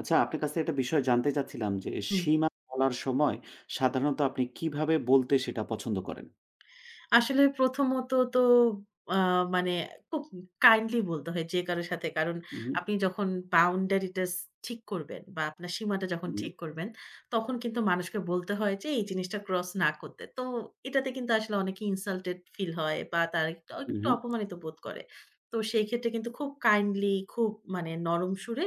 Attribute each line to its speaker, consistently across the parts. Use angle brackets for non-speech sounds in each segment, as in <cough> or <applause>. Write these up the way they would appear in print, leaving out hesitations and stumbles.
Speaker 1: আচ্ছা, আপনার কাছে একটা বিষয় জানতে চাচ্ছিলাম যে,
Speaker 2: হুম,
Speaker 1: সীমা বলার সময় সাধারণত আপনি কিভাবে বলতে সেটা পছন্দ করেন?
Speaker 2: আসলে প্রথমত তো আ মানে খুব কাইন্ডলি বলতে হয় যে কারো সাথে। কারণ
Speaker 1: উহু,
Speaker 2: আপনি যখন বাউন্ডারিটা ঠিক করবেন বা আপনার সীমাটা যখন
Speaker 1: উহু,
Speaker 2: ঠিক করবেন, তখন কিন্তু মানুষকে বলতে হয় যে এই জিনিসটা ক্রস না করতে। তো এটাতে কিন্তু আসলে অনেকে ইনসাল্টেড ফিল হয় বা তারা একটু, একটু
Speaker 1: উহু।
Speaker 2: অপমানিত বোধ করে। তো সেই ক্ষেত্রে কিন্তু খুব কাইন্ডলি, খুব মানে নরম সুরে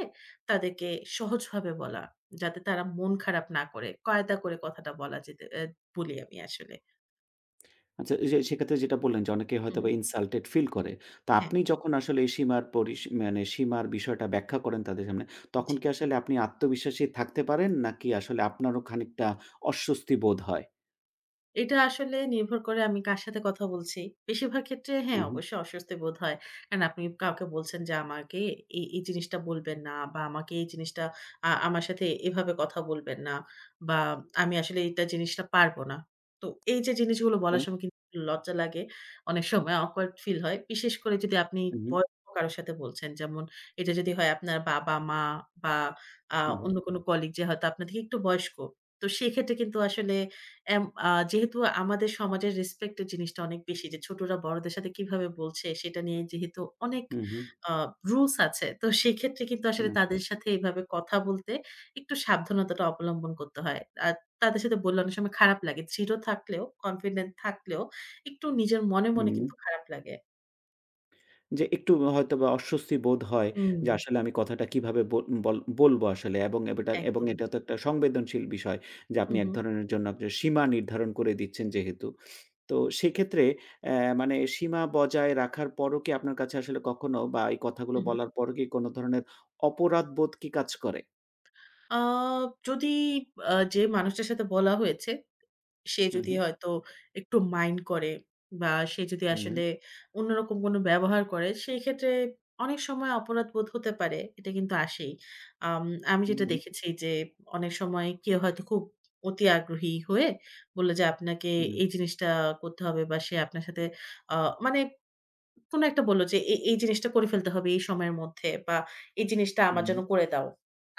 Speaker 2: তাদেরকে সহজভাবে বলা, যাতে তারা মন খারাপ না করে, কায়দা করে কথাটা বলা যেতে বলি আমি আসলে।
Speaker 1: আচ্ছা, এই যে সেক্ষেত্রে যেটা বললেন যে অনেকে
Speaker 2: হুম,
Speaker 1: হয়তোবা ইনসাল্টেড ফিল করে। তো
Speaker 2: হ্যাঁ।
Speaker 1: আপনি যখন আসলে এই সীমার পরিস মানে সীমার বিষয়টা ব্যাখ্যা করেন তাদের সামনে, তখন
Speaker 2: জি।
Speaker 1: কি আসলে আপনি আত্মবিশ্বাসী থাকতে পারেন? নাকি আসলে আপনারও খানিকটা অস্বস্তি বোধ হয়?
Speaker 2: এটা আসলে নির্ভর করে আমি কার সাথে কথা বলছি। বেশিরভাগ ক্ষেত্রে হ্যাঁ,
Speaker 1: উহু,
Speaker 2: অবশ্যই অস্বস্তি বোধ হয়। কারণ আপনি কাউকে বলছেন যে আমাকে এই জিনিসটা বলবেন না বা আমাকে এই জিনিসটা আমার সাথে এভাবে কথা বলবেন না বা আমি আসলে এটা জিনিসটা পারব না। তো এই যে জিনিসগুলো
Speaker 1: ওকে।
Speaker 2: বলার সময় কিন্তু লজ্জা লাগে। অনেক সময় awkward ফিল হয়। বিশেষ করে যদি আপনি
Speaker 1: উহু,
Speaker 2: বয়স্ক কারো সাথে বলছেন। যেমন এটা যদি হয় আপনার বাবা-মা বা আ
Speaker 1: উহু,
Speaker 2: অন্য কোনো কলিগ যে হয়তো আপনার থেকে একটু বয়স্ক। তো সেক্ষেত্রে কিন্তু আসলে এম আ যেহেতু আমাদের সমাজের রেসপেক্ট এর জিনিসটা অনেক বেশি যে ছোটরা বড়দের সাথে কিভাবে বলছে সেটা নিয়ে যেহেতু অনেক
Speaker 1: উহু,
Speaker 2: আ রুলস আছে। তো সেক্ষেত্রে কিন্তু আসলে
Speaker 1: হুম,
Speaker 2: তাদের সাথে এভাবে কথা বলতে একটু সাবধানতাটা অবলম্বন করতে হয়। আর তাদের সাথে বললে অনেক সময় খারাপ লাগে। দৃঢ় থাকলেও, কনফিডেন্ট থাকলেও একটু নিজের মনে, মনে
Speaker 1: হুম।
Speaker 2: কিন্তু খারাপ লাগে।
Speaker 1: যে একটু হয়তোবা অস্বস্তি বোধ হয়
Speaker 2: হুম,
Speaker 1: যে আসলে আমি কথাটা কিভাবে বল বল বলবো আসলে এবং
Speaker 2: একদম।
Speaker 1: এটা তো একটা সংবেদনশীল বিষয় যে
Speaker 2: হু,
Speaker 1: আপনি
Speaker 2: হু,
Speaker 1: এক ধরনের জন্য আপনার সীমা নির্ধারণ করে দিচ্ছেন যেহেতু। তো সেক্ষেত্রে অ্যা মানে সীমা বজায় রাখার পরও কি আপনার কাছে আসলে কখনো বা এই
Speaker 2: হু,
Speaker 1: কথাগুলো
Speaker 2: হু।
Speaker 1: বলার পরও কি কোনো ধরনের অপরাধবোধ কি কাজ করে?
Speaker 2: আ যদি যে মানুষটার সাথে বলা হয়েছে সে
Speaker 1: হু,
Speaker 2: যদি
Speaker 1: হু,
Speaker 2: হয়তো একটু মাইন্ড করে বা সে যদি
Speaker 1: হু,
Speaker 2: আসলে অন্যরকম কোনো ব্যবহার করে, সেই ক্ষেত্রে অনেক সময় অপরাধবোধ হতে পারে। এটা কিন্তু আসেই। আম আমি যেটা
Speaker 1: হু,
Speaker 2: দেখেছি যে অনেক সময় কেউ হয়তো খুব অতি আগ্রহী হয়ে বলল যে আপনাকে
Speaker 1: হু,
Speaker 2: এই জিনিসটা করতে হবে বা সে আপনার সাথে আ মানে কোনো একটা বলল যে, "এই জিনিসটা করে ফেলতে হবে এই সময়ের মধ্যে বা এই জিনিসটা আমার জন্য
Speaker 1: হু,
Speaker 2: করে দাও।"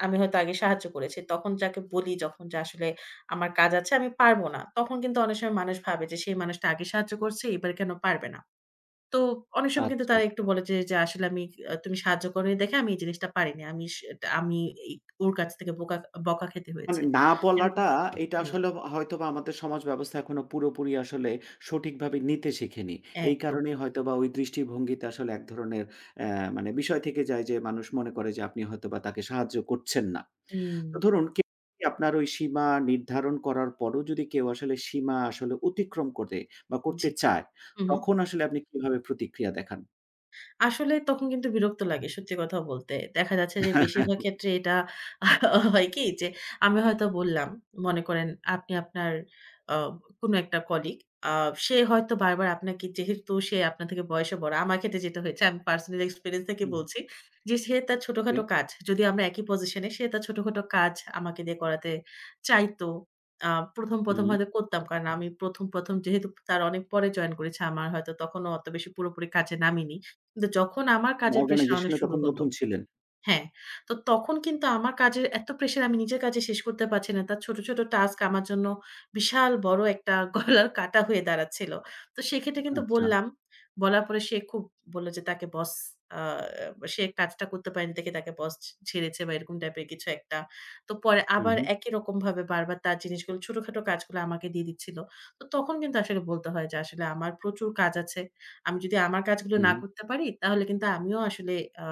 Speaker 2: আমি হয়তো আগে সাহায্য করেছি। তখন যাকে বলি যখন যে আসলে আমার কাজ আছে আমি পারব না। তখন কিন্তু অনেক সময় মানুষ ভাবে যে সেই মানুষটা আগে সাহায্য করছে এবার কেন পারবে না? তো অনেক সময় কিন্তু
Speaker 1: আচ্ছা।
Speaker 2: তারা একটু বলে যে, আসলে আমি তুমি সাহায্য করোনি দেখে আমি এই জিনিসটা পারিনি। আমি এই ওর কাছ থেকে বকা খেতে হয়েছে।
Speaker 1: মানে না
Speaker 2: এরকম
Speaker 1: বলাটা এটা
Speaker 2: হুম,
Speaker 1: আসলে হয়তোবা আমাদের সমাজ ব্যবস্থা এখনো পুরোপুরি আসলে সঠিকভাবে নিতে শেখেনি। এই
Speaker 2: একদম।
Speaker 1: কারণেই হয়তোবা ওই দৃষ্টিভঙ্গিতে আসলে এক ধরনের অ্যা মানে বিষয় থেকে যায় যে মানুষ মনে করে যে আপনি হয়তোবা তাকে সাহায্য করছেন না।
Speaker 2: হুম,
Speaker 1: তো ধরুন কেউ যদি আপনার ওই সীমা নির্ধারণ করার পরও যদি কেউ আসলে সীমা আসলে অতিক্রম করে বা করতে
Speaker 2: জি।
Speaker 1: চায়,
Speaker 2: হু, হু।
Speaker 1: তখন আসলে আপনি কিভাবে প্রতিক্রিয়া দেখান?
Speaker 2: আসলে তখন কিন্তু বিরক্ত লাগে সত্যি কথা বলতে। দেখা যাচ্ছে যে বেশিরভাগ
Speaker 1: <laughs>
Speaker 2: ক্ষেত্রে এটা <laughs> হয় কি যে আমি হয়তো বললাম, মনে করেন আপনি আপনার আ কোনো একটা কলিগ আ সে হয়তো বারবার আপনাকে যেহেতু সে আপনার থেকে বয়সে বড়। আমার ক্ষেত্রে যেটা হয়েছে আমি পার্সোনাল এক্সপেরিয়েন্স থেকে
Speaker 1: হুম,
Speaker 2: বলছি যে সে তার
Speaker 1: ওকে।
Speaker 2: ছোটখাটো কাজ যদি আমরা একই পজিশনে সে তার ছোটখাটো কাজ আমাকে দিয়ে করাতে চাইতো। আ ১ম
Speaker 1: হুম,
Speaker 2: হয়তো করতাম। কারণ আমি ১ম যেহেতু তার অনেক পরে জয়েন করেছে আমার হয়তো তখনও অত বেশি পুরোপুরি কাজে নামিনি। কিন্তু যখন আমার কাজের প্রেশার অনেক
Speaker 1: অর্গানাইজেশন এ
Speaker 2: শুরু
Speaker 1: তখন
Speaker 2: হল,
Speaker 1: নতুন ছিলেন।
Speaker 2: হ্যাঁ, তো তখন কিন্তু আমার কাজের এত প্রেশার আমি নিজের কাজে শেষ করতে পারছি না। তার ছোট, ছোট টাস্ক আমার জন্য বিশাল বড় একটা <laughs> গলার কাঁটা হয়ে দাঁড়াচ্ছিল। তো সেক্ষেত্রে কিন্তু
Speaker 1: আচ্ছা।
Speaker 2: বললাম। বলার পরে সে খুব বলল যে তাকে বস আ সে কাজটা করতে পারেনি দেখে তাকে বস ঝেড়েছে বা এরকম টাইপের কিছু একটা। তো পরে
Speaker 1: হু,
Speaker 2: আবার
Speaker 1: হু,
Speaker 2: একই রকমভাবে বারবার তার জিনিসগুলো ছোটখাটো কাজগুলো আমাকে দিয়ে দিচ্ছিল। তো তখন কিন্তু আসলে বলতে হয় যে আসলে আমার প্রচুর কাজ আছে। আমি যদি আমার কাজগুলো
Speaker 1: হু,
Speaker 2: না
Speaker 1: হু।
Speaker 2: করতে পারি তাহলে কিন্তু আমিও আসলে আ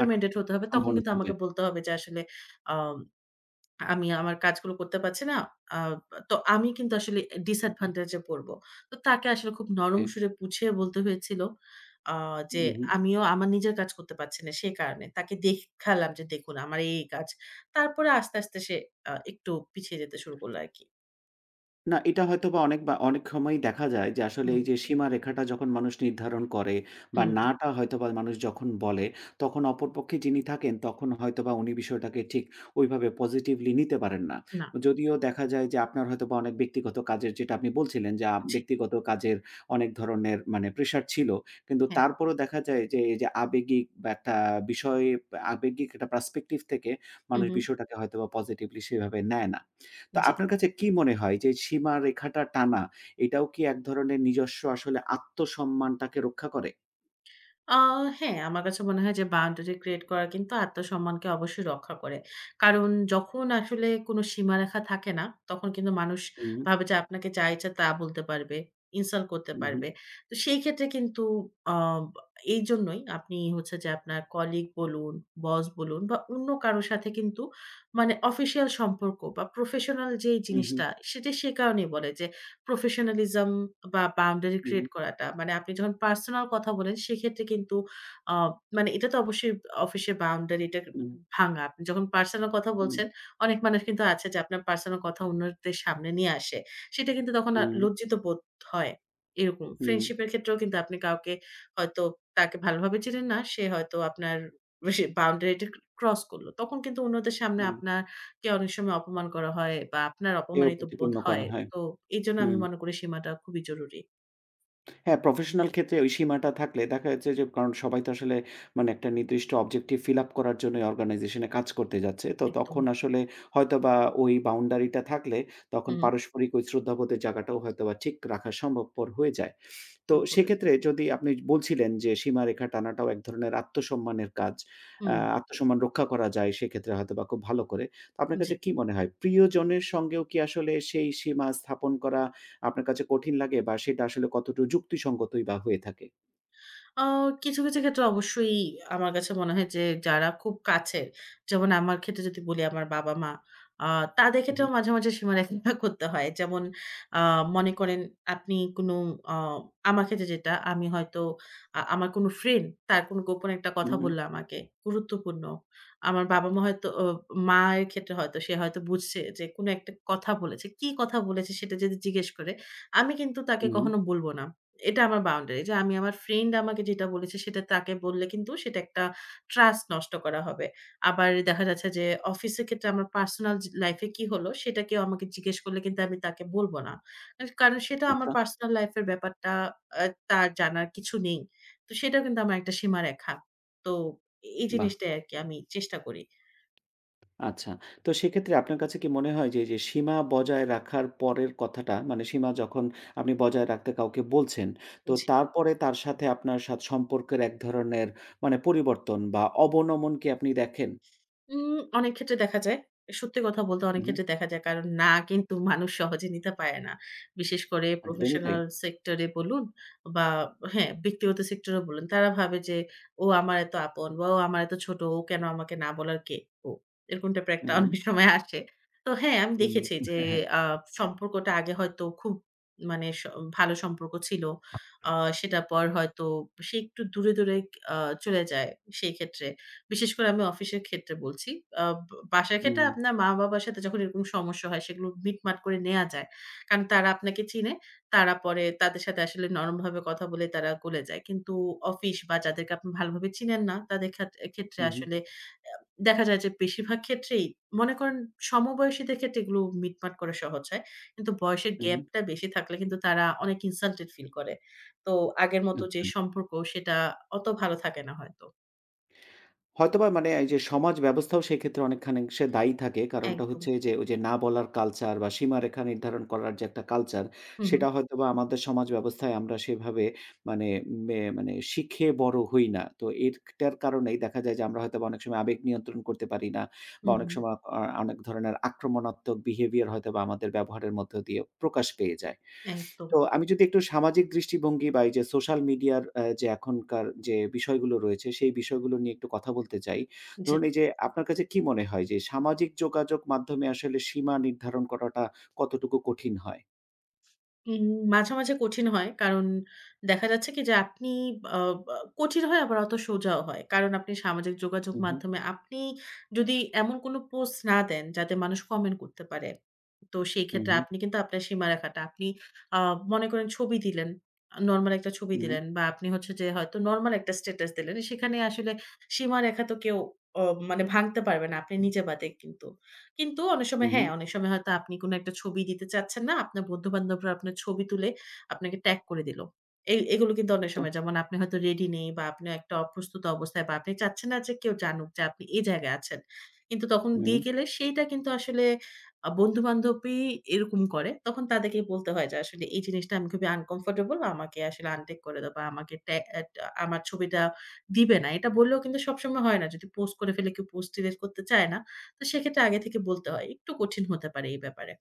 Speaker 1: আটকে
Speaker 2: হতে
Speaker 1: থাকার
Speaker 2: হবে। তখন
Speaker 1: সম্ভাবনা
Speaker 2: কিন্তু
Speaker 1: থাকবে।
Speaker 2: আমাকে বলতে হবে যে আসলে আম আমি আমার কাজগুলো করতে পারছি না। আ তো আমি কিন্তু আসলে disadvantage এ পড়বো। তো তাকে আসলে খুব নরম
Speaker 1: ওকে।
Speaker 2: সুরে বুঝিয়ে বলতে হয়েছিল আ যে
Speaker 1: হু, হু।
Speaker 2: আমিও আমার নিজের কাজ করতে পারছি না সে কারণে। তাকে দেখালাম যে দেখুন আমার এই কাজ। তারপরে আস্তে, আস্তে সে একটু পিছিয়ে যেতে শুরু করলো আরকি।
Speaker 1: না, এটা হয়তোবা অনেক বা অনেক সময়ই দেখা যায় যে আসলে
Speaker 2: হুম।
Speaker 1: এই যে সীমারেখাটা যখন মানুষ নির্ধারণ করে বা
Speaker 2: হুম,
Speaker 1: না টা হয়তোবা মানুষ যখন বলে, তখন অপরপক্ষে যিনি থাকেন তখন হয়তোবা উনি বিষয়টাকে ঠিক ওইভাবে পজিটিভলি নিতে পারেন না।
Speaker 2: না।
Speaker 1: যদিও দেখা যায় যে আপনার হয়তোবা অনেক ব্যক্তিগত কাজের যেটা আপনি বলছিলেন যে
Speaker 2: জি,
Speaker 1: ব্যক্তিগত কাজের অনেক ধরনের মানে প্রেশার ছিল। কিন্তু
Speaker 2: হ্যাঁ।
Speaker 1: তারপরেও দেখা যায় যে এই যে আবেগিক বা একটা বিষয় আবেগিক একটা পার্সপেক্টিভ থেকে
Speaker 2: হু,
Speaker 1: মানুষ
Speaker 2: হু।
Speaker 1: বিষয়টাকে হয়তোবা পজিটিভলি সেভাবে নেয় না। তো
Speaker 2: জি।
Speaker 1: আপনার কাছে কি মনে হয় যে সীমারেখাটা টানা, এটাও কি এক ধরনের নিজস্ব আসলে আত্মসম্মানটাকে রক্ষা করে?
Speaker 2: আ হ্যাঁ, আমার কাছে মনে হয় যে বাউন্ডারি ক্রিয়েট করা কিন্তু আত্মসম্মানকে অবশ্যই রক্ষা করে। কারণ যখন আসলে কোনো সীমারেখা থাকে না, তখন কিন্তু মানুষ
Speaker 1: হুম,
Speaker 2: ভাবে যে আপনাকে যা ইচ্ছা তা বলতে পারবে, ইনসাল্ট করতে
Speaker 1: উহু,
Speaker 2: পারবে। তো সেই ক্ষেত্রে কিন্তু আ এইজন্যই আপনি হচ্ছে যে আপনার কলিগ বলুন, বস বলুন বা অন্য কারো সাথে কিন্তু মানে অফিসিয়াল সম্পর্ক বা প্রফেশনাল যেই
Speaker 1: উহু,
Speaker 2: জিনিসটা সেটা সে কারণেই বলে যে প্রফেশনালিজম বা বাউন্ডারি ক্রিয়েট
Speaker 1: উহু,
Speaker 2: করাটা। মানে আপনি যখন পার্সোনাল কথা বলেন সেক্ষেত্রে কিন্তু আ মানে এটা তো অবশ্যই অফিসের বাউন্ডারিটা
Speaker 1: উহু,
Speaker 2: ভাঙা। আপনি যখন পার্সোনাল কথা
Speaker 1: উম,
Speaker 2: বলছেন, অনেক মানুষ কিন্তু আছে যে আপনার পার্সোনাল কথা অন্যদের সামনে নিয়ে আসে। সেটা কিন্তু তখন
Speaker 1: উম, হুম,
Speaker 2: লজ্জিত বোধ হয়। এরকম
Speaker 1: হুম।
Speaker 2: ফ্রেন্ডশিপের ক্ষেত্রেও কিন্তু আপনি কাউকে হয়তো তাকে ভালোভাবে চিনেন না। সে হয়তো আপনার বাউন্ডারিটা ক্রস করল। তখন কিন্তু অন্যদের সামনে
Speaker 1: হুম।
Speaker 2: আপনার কে অনেক সময় অপমান করা হয় বা আপনার
Speaker 1: এও
Speaker 2: অপমানিত বোধ
Speaker 1: প্রতিপন্ন করা
Speaker 2: হয়।
Speaker 1: হয়।
Speaker 2: তো এজন্য আমি
Speaker 1: হুম।
Speaker 2: মনে করি সীমাটা খুবই জরুরি।
Speaker 1: হ্যাঁ, প্রফেশনাল ক্ষেত্রে ওই সীমাটা থাকলে দেখা যাচ্ছে যে কারণ সবাই তো আসলে মানে একটা নির্দিষ্ট অবজেক্টিভ ফিল আপ করার জন্যই অর্গানাইজেশনে কাজ করতে যাচ্ছে। তো
Speaker 2: একদম।
Speaker 1: তখন আসলে হয়তোবা ওই বাউন্ডারিটা থাকলে তখন
Speaker 2: হুম,
Speaker 1: পারস্পরিক ওই শ্রদ্ধাবোধের জায়গাটাও হয়তোবা ঠিক রাখা সম্ভবপর হয়ে যায়। তো
Speaker 2: ঠিক বলেছেন।
Speaker 1: সেক্ষেত্রে যদি আপনি বলছিলেন যে সীমারেখা টানাটাও এক ধরনের আত্মসম্মানের কাজ।
Speaker 2: হুম,
Speaker 1: আত্মসম্মান রক্ষা করা যায় সেক্ষেত্রে হয়তোবা খুব ভালো করে। তো আপনার
Speaker 2: জি।
Speaker 1: কাছে কি মনে হয় প্রিয়জনের সঙ্গেও কি আসলে সেই সীমা স্থাপন করা আপনার কাছে কঠিন লাগে বা সেটা আসলে কতটুকু যুক্তিসঙ্গতই বা হয়ে থাকে?
Speaker 2: আ কিছু, কিছু ক্ষেত্রে অবশ্যই আমার কাছে মনে হয় যে যারা খুব কাছের, যেমন আমার ক্ষেত্রে যদি বলি আমার বাবা-মা, আ তাদের
Speaker 1: উহু,
Speaker 2: ক্ষেত্রেও মাঝে, মাঝে সীমারেখা <laughs> করতে হয়। যেমন আ মনে করেন আপনি কোনো আ আমার ক্ষেত্রে যেটা আমি হয়তো আমার কোনো ফ্রেন্ড তার কোনো গোপন একটা কথা
Speaker 1: উহু,
Speaker 2: বলল আমাকে, গুরুত্বপূর্ণ। আমার বাবা-মা হয়তো মায়ের ক্ষেত্রে হয়তো সে হয়তো বুঝছে যে কোনো একটা কথা বলেছে। কি কথা বলেছে সেটা যদি জিজ্ঞেস করে, আমি কিন্তু তাকে
Speaker 1: উহু।
Speaker 2: কখনো বলব না। এটা আমার বাউন্ডারি। যে আমি আমার ফ্রেন্ড আমাকে যেটা বলেছে সেটা তাকে বললে কিন্তু সেটা একটা ট্রাস্ট নষ্ট করা হবে। আবার দেখা যাচ্ছে যে অফিসের ক্ষেত্রে আমার পার্সোনাল লাইফ এ কি হলো সেটা কেউ আমাকে জিজ্ঞেস করলে কিন্তু আমি তাকে বলব না। কারণ সেটা আমার
Speaker 1: আচ্ছা,
Speaker 2: পার্সোনাল লাইফ এর ব্যাপারটা আ তার জানার কিছু নেই। তো সেটাও কিন্তু আমার একটা সীমারেখা। তো এই
Speaker 1: বাহ!
Speaker 2: জিনিসটাই আরকি আমি চেষ্টা করি।
Speaker 1: আচ্ছা। তো সেক্ষেত্রে আপনার কাছে কি মনে হয় যে, এইযে সীমা বজায় রাখার পরের কথাটা মানে সীমা যখন আপনি বজায় রাখতে কাউকে বলছেন, তো তারপরে তার সাথে আপনার সম্পর্কের এক ধরনের মানে পরিবর্তন বা অবনমন কি আপনি দেখেন?
Speaker 2: উম অনেক ক্ষেত্রে দেখা যায়। সত্যি কথা বলতে অনেক
Speaker 1: উহু,
Speaker 2: ক্ষেত্রে দেখা যায়। কারণ না কিন্তু মানুষ সহজে নিতে পারে না। বিশেষ করে
Speaker 1: একদমই তাই।
Speaker 2: প্রফেশনাল সেক্টরে বলুন বা হ্যাঁ, ব্যক্তিগত সেক্টরে বলুন। তারা ভাবে যে ও আমার এত আপন বা ও আমার এত ছোট। ও কেন আমাকে না বলার কে ও? এরকম টাইপের একটা
Speaker 1: উহু,
Speaker 2: অনেক সময় আসে। তো হ্যাঁ, আমি
Speaker 1: উম
Speaker 2: দেখেছি যে
Speaker 1: হ্যাঁ, হ্যাঁ।
Speaker 2: আ সম্পর্কটা আগে হয়তো খুব মানে ভালো সম্পর্ক ছিল। আ সেটার পর হয়তো সে একটু দূরে, দূরে আ চলে যায় সেই ক্ষেত্রে। বিশেষ করে আমি অফিসের ক্ষেত্রে বলছি। আ ব বাসার ক্ষেত্রে
Speaker 1: হুম,
Speaker 2: আপনার মা-বাবার সাথে যখন এরকম সমস্যা হয় সেগুলো মিটমাট করে নেয়া যায়। কারণ তারা আপনাকে চিনে। তারা পরে তাদের সাথে আসলে নরমভাবে কথা বলে তারা গলে যায়। কিন্তু অফিস বা যাদেরকে আপনি ভালোভাবে চিনেন না তাদের খাত ক্ষেত্রে
Speaker 1: উহু,
Speaker 2: আসলে আ দেখা যায় যে বেশিরভাগ ক্ষেত্রেই মনে করেন সমবয়সীদের ক্ষেত্রে এগুলো মিটমাট করা সহজ হয়। কিন্তু বয়সের
Speaker 1: উহু,
Speaker 2: গ্যাপটা বেশি থাকলে কিন্তু তারা অনেক ইনসাল্টেড ফিল করে। তো আগের মতো যে
Speaker 1: আচ্ছা।
Speaker 2: সম্পর্ক সেটা অত ভালো থাকে না হয়তো।
Speaker 1: হয়তোবা মানে এই যে সমাজ ব্যবস্থাও সেক্ষেত্রে অনেকখানি সে দায়ী থাকে। কারণটা
Speaker 2: একদম।
Speaker 1: হচ্ছে যে ওই যে না বলার কালচার বা সীমারেখা নির্ধারণ করার যে একটা কালচার,
Speaker 2: হু, হু।
Speaker 1: সেটা হয়তোবা আমাদের সমাজ ব্যবস্থায় আমরা সেভাবে মানে মানে শিখে বড় হই না। তো এটার কারণেই দেখা যায় যে আমরা হয়তোবা অনেক সময় আবেগ নিয়ন্ত্রণ করতে পারি না বা
Speaker 2: হুম,
Speaker 1: অনেক সময় অনেক ধরনের আক্রমণাত্মক বিহেভিয়ার হয়তোবা আমাদের ব্যবহারের মধ্য দিয়ে প্রকাশ পেয়ে যায়।
Speaker 2: একদম।
Speaker 1: তো আমি যদি একটু সামাজিক দৃষ্টিভঙ্গি বা এই যে সোশ্যাল মিডিয়ার যে এখনকার যে বিষয়গুলো রয়েছে, সেই বিষয়গুলো নিয়ে একটু কথা বলতে চাই।
Speaker 2: জি।
Speaker 1: ধরুন এই যে আপনার কাছে কি মনে হয় যে সামাজিক যোগাযোগ মাধ্যমে আসলে সীমা নির্ধারণ করাটা কতটুকু কঠিন হয়?
Speaker 2: উম মাঝে, মাঝে কঠিন হয়। কারণ দেখা যাচ্ছে কি যে আপনি আ বা কঠিন হয় আবার অত সোজাও হয়। কারণ আপনি সামাজিক যোগাযোগ
Speaker 1: হু, হু,
Speaker 2: মাধ্যমে আপনি যদি এমন কোন পোস্ট না দেন যাতে মানুষ কমেন্ট করতে পারে তো সেই ক্ষেত্রে
Speaker 1: হু,
Speaker 2: আপনি কিন্তু আপনার সীমারেখাটা আপনি আ মনে করেন ছবি দিলেন। নরমাল একটা ছবি
Speaker 1: হু,
Speaker 2: দিলেন বা আপনি হচ্ছে যে হয়তো নরমাল একটা স্ট্যাটাস দিলেন। সেখানে আসলে সীমারেখা তো কেউ অ মানে ভাঙতে পারবে না আপনি নিজে বাদে কিন্তু। কিন্তু অনেক
Speaker 1: হু,
Speaker 2: সময়
Speaker 1: হু,
Speaker 2: হ্যাঁ, অনেক সময় হয়তো আপনি কোনো একটা ছবি দিতে চাচ্ছেন না। আপনার বন্ধু-বান্ধবরা আপনার ছবি তুলে আপনাকে ট্যাগ করে দিল। এগুলো কিন্তু অনেক
Speaker 1: আচ্ছা।
Speaker 2: সময় যেমন আপনি হয়তো রেডি নেই বা আপনি একটা অপ্রস্তুত অবস্থায় বা আপনি চাচ্ছেন না যে কেউ জানুক যে আপনি এই জায়গায় আছেন। কিন্তু তখন
Speaker 1: হু।
Speaker 2: দিয়ে গেলে সেইটা কিন্তু আসলে বন্ধু-বান্ধবী এরকম করে, তখন তাদেরকে বলতে হয় যে, "আসলে এই জিনিসটা আমি খুবই আনকমফোর্টেবল। আমাকে আসলে আনটেগ করে দাও বা আমাকে ট্যা অ্যা টা আমার ছবিটা দিবে না।" এটা বললেও কিন্তু সবসময় হয় না। যদি পোস্ট করে ফেলে, কেউ পোস্ট ডিলিট করতে চায় না। তো সেক্ষেত্রে আগে থেকে বলতে হয়। একটু কঠিন হতে পারে এই ব্যাপারে।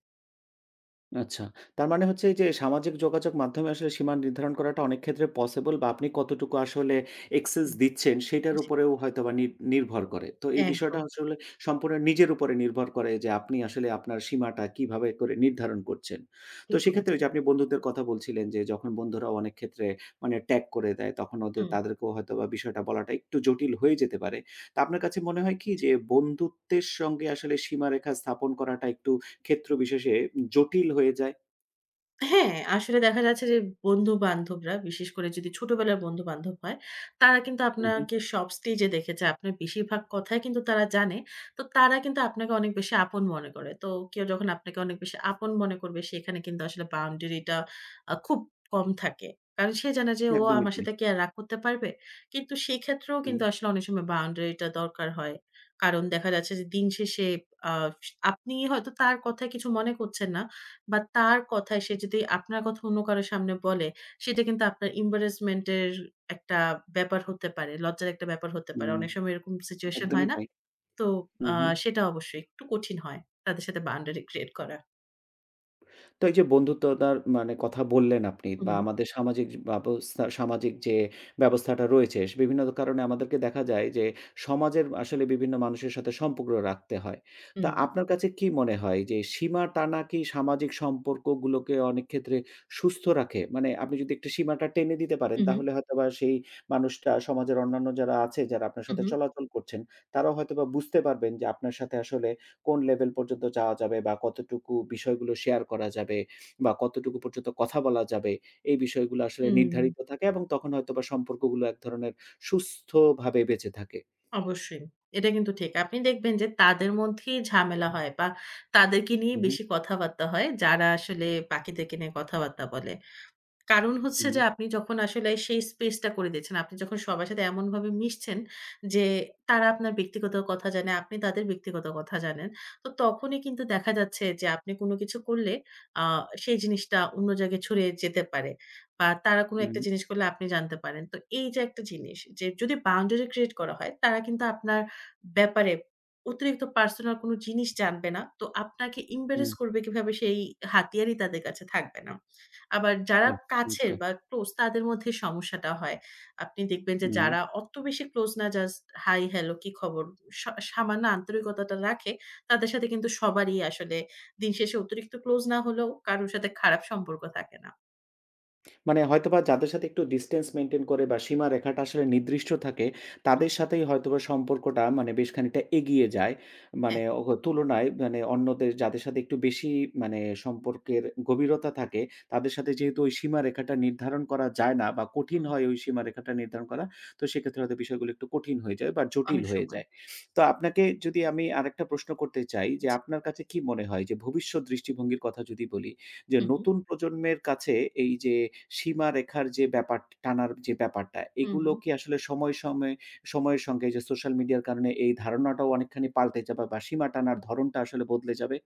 Speaker 1: আচ্ছা। তার মানে হচ্ছে এই যে সামাজিক যোগাযোগ মাধ্যমে আসলে সীমা নির্ধারণ করাটা অনেক ক্ষেত্রে পসিবল বা আপনি কতটুকু আসলে অ্যাক্সেস
Speaker 2: হুম,
Speaker 1: দিচ্ছেন সেটার
Speaker 2: জি,
Speaker 1: উপরেও হয়তোবা নির্ভর করে। তো এই বিষয়টা
Speaker 2: একদম
Speaker 1: আসলে সম্পূর্ণ নিজের উপরে নির্ভর করে যে আপনি আসলে আপনার সীমাটা কিভাবে করে নির্ধারণ করছেন। তো
Speaker 2: ঠিক
Speaker 1: সেক্ষেত্রে ওই
Speaker 2: বলেছেন।
Speaker 1: যে আপনি বন্ধুদের কথা বলছিলেন যে যখন বন্ধুরা অনেক ক্ষেত্রে মানে ট্যাগ করে দেয় তখন
Speaker 2: হুম।
Speaker 1: তাদেরকেও হয়তোবা বিষয়টা বলাটা একটু জটিল হয়ে যেতে পারে। তো আপনার কাছে মনে হয় কি
Speaker 2: জি।
Speaker 1: যে বন্ধুত্বের সঙ্গে আসলে সীমারেখা স্থাপন করাটা একটু ক্ষেত্র বিশেষে জটিল হয়ে যায়।
Speaker 2: হ্যাঁ, আসলে দেখা যাচ্ছে যে বন্ধু-বান্ধবরা, বিশেষ করে যদি ছোটবেলার বন্ধু-বান্ধব হয়, তারা কিন্তু
Speaker 1: হু, হুম, হু।
Speaker 2: আপনাকে সব স্টেজে দেখেছে। আপনার বেশিরভাগ কথাই কিন্তু তারা জানে। তো তারা কিন্তু আপনাকে অনেক বেশি আপন মনে করে। তো কেউ যখন আপনাকে অনেক বেশি আপন মনে করবে, সেখানে কিন্তু আসলে বাউন্ডারিটা খুব কম থাকে। কারণ সে জানে যে, ও
Speaker 1: একদমই
Speaker 2: আমার
Speaker 1: তাই।
Speaker 2: সাথে কি আর রাগ করতে পারবে? কিন্তু সেক্ষেত্রেও
Speaker 1: হুম,
Speaker 2: কিন্তু আসলে অনেক সময় বাউন্ডারিটা দরকার হয়। কারণ দেখা যাচ্ছে যে দিন শেষে আ আপনি হয়তো তার কথায় কিছু মনে করছেন না। বা তার কথায় সে যদি আপনার কথা অন্য কারো সামনে বলে, সেটা কিন্তু আপনার embarrassment এর একটা ব্যাপার হতে পারে। লজ্জার একটা ব্যাপার হতে পারে।
Speaker 1: হুম,
Speaker 2: অনেক সময় এরকম situation
Speaker 1: একদমই
Speaker 2: হয় না?
Speaker 1: তাই।
Speaker 2: তো
Speaker 1: হু,
Speaker 2: আ
Speaker 1: হু।
Speaker 2: সেটা অবশ্যই একটু কঠিন হয়। তাদের সাথে boundary create করা।
Speaker 1: তো এই যে বন্ধুত্বতার মানে কথা বললেন আপনি
Speaker 2: হু,
Speaker 1: বা
Speaker 2: হু।
Speaker 1: আমাদের সামাজিক যে সামাজিক যে ব্যবস্থাটা রয়েছে সে বিভিন্ন কারণে আমাদেরকে দেখা যায় যে সমাজের আসলে বিভিন্ন মানুষের সাথে সম্পর্ক রাখতে হয়।
Speaker 2: হুম।
Speaker 1: তা আপনার কাছে কি মনে হয় যে সীমা টানা কি সামাজিক সম্পর্কগুলোকে অনেক ক্ষেত্রে সুস্থ রাখে? মানে আপনি যদি একটা সীমাটা টেনে দিতে পারেন
Speaker 2: হু, হু।
Speaker 1: তাহলে হয়তোবা সেই মানুষটা সমাজের অন্যান্য যারা আছে যারা আপনার
Speaker 2: হু,
Speaker 1: সাথে
Speaker 2: হু।
Speaker 1: চলাচল করছেন তারাও হয়তোবা বুঝতে পারবেন যে আপনার সাথে আসলে কোন লেভেল পর্যন্ত যাওয়া যাবে বা কতটুকু বিষয়গুলো শেয়ার করা যাবে বা কতটুকু পর্যন্ত কথা বলা যাবে, এই বিষয়গুলো আসলে
Speaker 2: হুম,
Speaker 1: নির্ধারিত থাকে এবং তখন হয়তোবা সম্পর্কগুলো এক ধরনের সুস্থভাবে বেঁচে থাকে।
Speaker 2: অবশ্যই। এটা কিন্তু ঠিক। আপনি দেখবেন যে তাদের মধ্যেই ঝামেলা হয় বা তাদেরকে
Speaker 1: হু,
Speaker 2: নিয়েই
Speaker 1: হু,
Speaker 2: বেশি কথাবার্তা হয়, যারা আসলে বাকিদেরকে নিয়ে কথাবার্তা বলে। কারণ
Speaker 1: হু,
Speaker 2: হচ্ছে যে আপনি যখন আসলে সেই স্পেসটা করে দিচ্ছেন, আপনি যখন সবার সাথে এমনভাবে মিশছেন যে তারা আপনার ব্যক্তিগত কথা জানে, আপনি তাদের ব্যক্তিগত কথা জানেন। তো তখনই কিন্তু দেখা যাচ্ছে যে আপনি কোনো কিছু করলে আ সেই জিনিসটা অন্য জায়গায় ছড়িয়ে যেতে পারে বা তারা কোনো
Speaker 1: হু,
Speaker 2: একটা জিনিস করলে আপনি জানতে পারেন। তো এই যে একটা জিনিস যে যদি বাউন্ডারি ক্রিয়েট করা হয়, তারা কিন্তু আপনার ব্যাপারে অতিরিক্ত পার্সোনাল কোনো জিনিস জানবে না। তো আপনাকে
Speaker 1: হু।
Speaker 2: embarrass করবে কিভাবে সেই হাতিয়ারই তাদের কাছে থাকবে না। আবার যারা
Speaker 1: বাহ!
Speaker 2: কাছের
Speaker 1: চমৎকার!
Speaker 2: বা ক্লোজ তাদের মধ্যে সমস্যাটা হয়। আপনি দেখবেন যে
Speaker 1: হু।
Speaker 2: যারা অত বেশি ক্লোজ না জাস্ট হাই, হ্যালো, কি খবর? সামান্য আন্তরিকতাটা রাখে, তাদের সাথে কিন্তু সবারই আসলে দিন শেষে অতিরিক্ত ক্লোজ না হলেও কারো সাথে খারাপ সম্পর্ক থাকে না।
Speaker 1: মানে হয়তোবা যাদের সাথে একটু ডিসট্যান্স মেইনটেইন করে বা সীমারেখাটা আসলে নির্দিষ্ট থাকে, তাদের
Speaker 2: জি।
Speaker 1: সাথেই হয়তোবা সম্পর্কটা মানে বেশ খানিকটা এগিয়ে যায়।
Speaker 2: হ্যাঁ,
Speaker 1: মানে তুলনায় মানে অন্যদের যাদের সাথে একটু বেশি মানে সম্পর্কের গভীরতা থাকে, তাদের সাথে যেহেতু ওই সীমারেখাটা নির্ধারণ করা যায় না বা কঠিন
Speaker 2: হুম,
Speaker 1: হয় ওই সীমারেখাটা নির্ধারণ করা, তো সেক্ষেত্রে হয়তো বিষয়গুলো একটু কঠিন হয়ে যায় বা জটিল
Speaker 2: অনেক
Speaker 1: হয়ে
Speaker 2: সময়।
Speaker 1: যায়। তো আপনাকে যদি আমি আরেকটা প্রশ্ন করতে চাই যে,
Speaker 2: জি।
Speaker 1: আপনার কাছে কি মনে হয় যে ভবিষ্যৎ দৃষ্টিভঙ্গির কথা যদি বলি, যে
Speaker 2: হু, হু,
Speaker 1: নতুন প্রজন্মের কাছে এই যে সীমারেখার যে ব্যাপার টানার যে ব্যাপারটা,
Speaker 2: হু,
Speaker 1: এগুলো
Speaker 2: হু।
Speaker 1: কি আসলে সময়ে, সময়ে সময়ের সঙ্গে এই যে সোশ্যাল মিডিয়ার কারণে এই ধারণাটাও অনেকখানি পাল্টে যাবে বা সীমা টানার ধরণটা আসলে বদলে যাবে?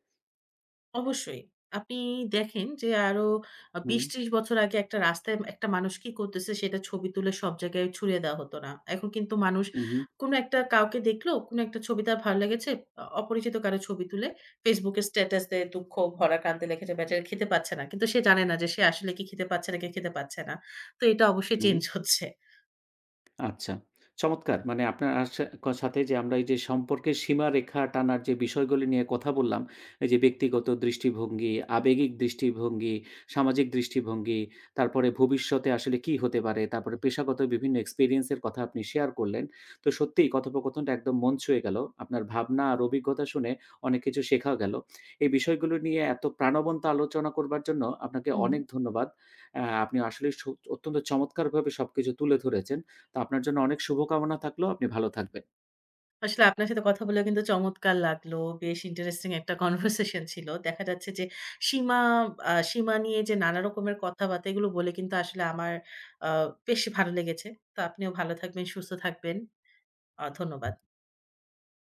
Speaker 2: অবশ্যই। আপনি দেখেন যে আরো
Speaker 1: হুম।
Speaker 2: ২০-৩০ বছর আগে একটা রাস্তায় একটা মানুষ কি করতেছে সেটা ছবি তুলে সব জায়গায় ছড়িয়ে দেওয়া হতো না। এখন কিন্তু মানুষ
Speaker 1: হুম, হুম,
Speaker 2: কোনো একটা কাউকে দেখলো, কোনো একটা ছবি তার ভালো লেগেছে, অপরিচিত কারো ছবি তুলে Facebook এ স্ট্যাটাস দেয়, দুঃখ ভরা কান্দে লেখেছে বেচারা খেতে পাচ্ছে না। কিন্তু সে জানে না যে সে আসলে কি খেতে পাচ্ছে নাকি খেতে পাচ্ছে না। তো এটা অবশ্যই
Speaker 1: হুম।
Speaker 2: চেঞ্জ হচ্ছে।
Speaker 1: আচ্ছা, চমৎকার! মানে আপনার আসা সাথে যে আমরা এই যে সম্পর্কের সীমারেখা টানার যে বিষয়গুলি নিয়ে কথা বললাম, এই যে ব্যক্তিগত দৃষ্টিভঙ্গি, আবেগিক দৃষ্টিভঙ্গি, সামাজিক দৃষ্টিভঙ্গি, তারপরে ভবিষ্যতে আসলে কি হতে পারে, তারপরে পেশাগত বিভিন্ন এক্সপেরিয়েন্স এর কথা আপনি শেয়ার করলেন। তো সত্যিই কথোপকথনটা একদম মন ছুঁয়ে গেল। আপনার ভাবনা আর অভিজ্ঞতা শুনে অনেক কিছু শেখাও গেল। এই বিষয়গুলো নিয়ে এত প্রাণবন্ত আলোচনা করবার জন্য আপনাকে
Speaker 2: হুম।
Speaker 1: অনেক ধন্যবাদ। আপনি আসলেই অত্যন্ত চমৎকারভাবে সবকিছু তুলে ধরেছেন। তো আপনার জন্য অনেক শুভকামনা থাকলো। আপনি ভালো থাকবেন।
Speaker 2: আসলে আপনার সাথে কথা বলেও কিন্তু চমৎকার লাগলো। বেশ ইন্টারেস্টিং একটা কনভারসেশন ছিল। দেখা যাচ্ছে যে সীমা সীমা নিয়ে যে নানা রকমের কথাবার্তা এগুলো বলে কিন্তু আসলে আমার আ বেশ ভালো লেগেছে। তো আপনিও ভালো থাকবেন, সুস্থ থাকবেন। ধন্যবাদ।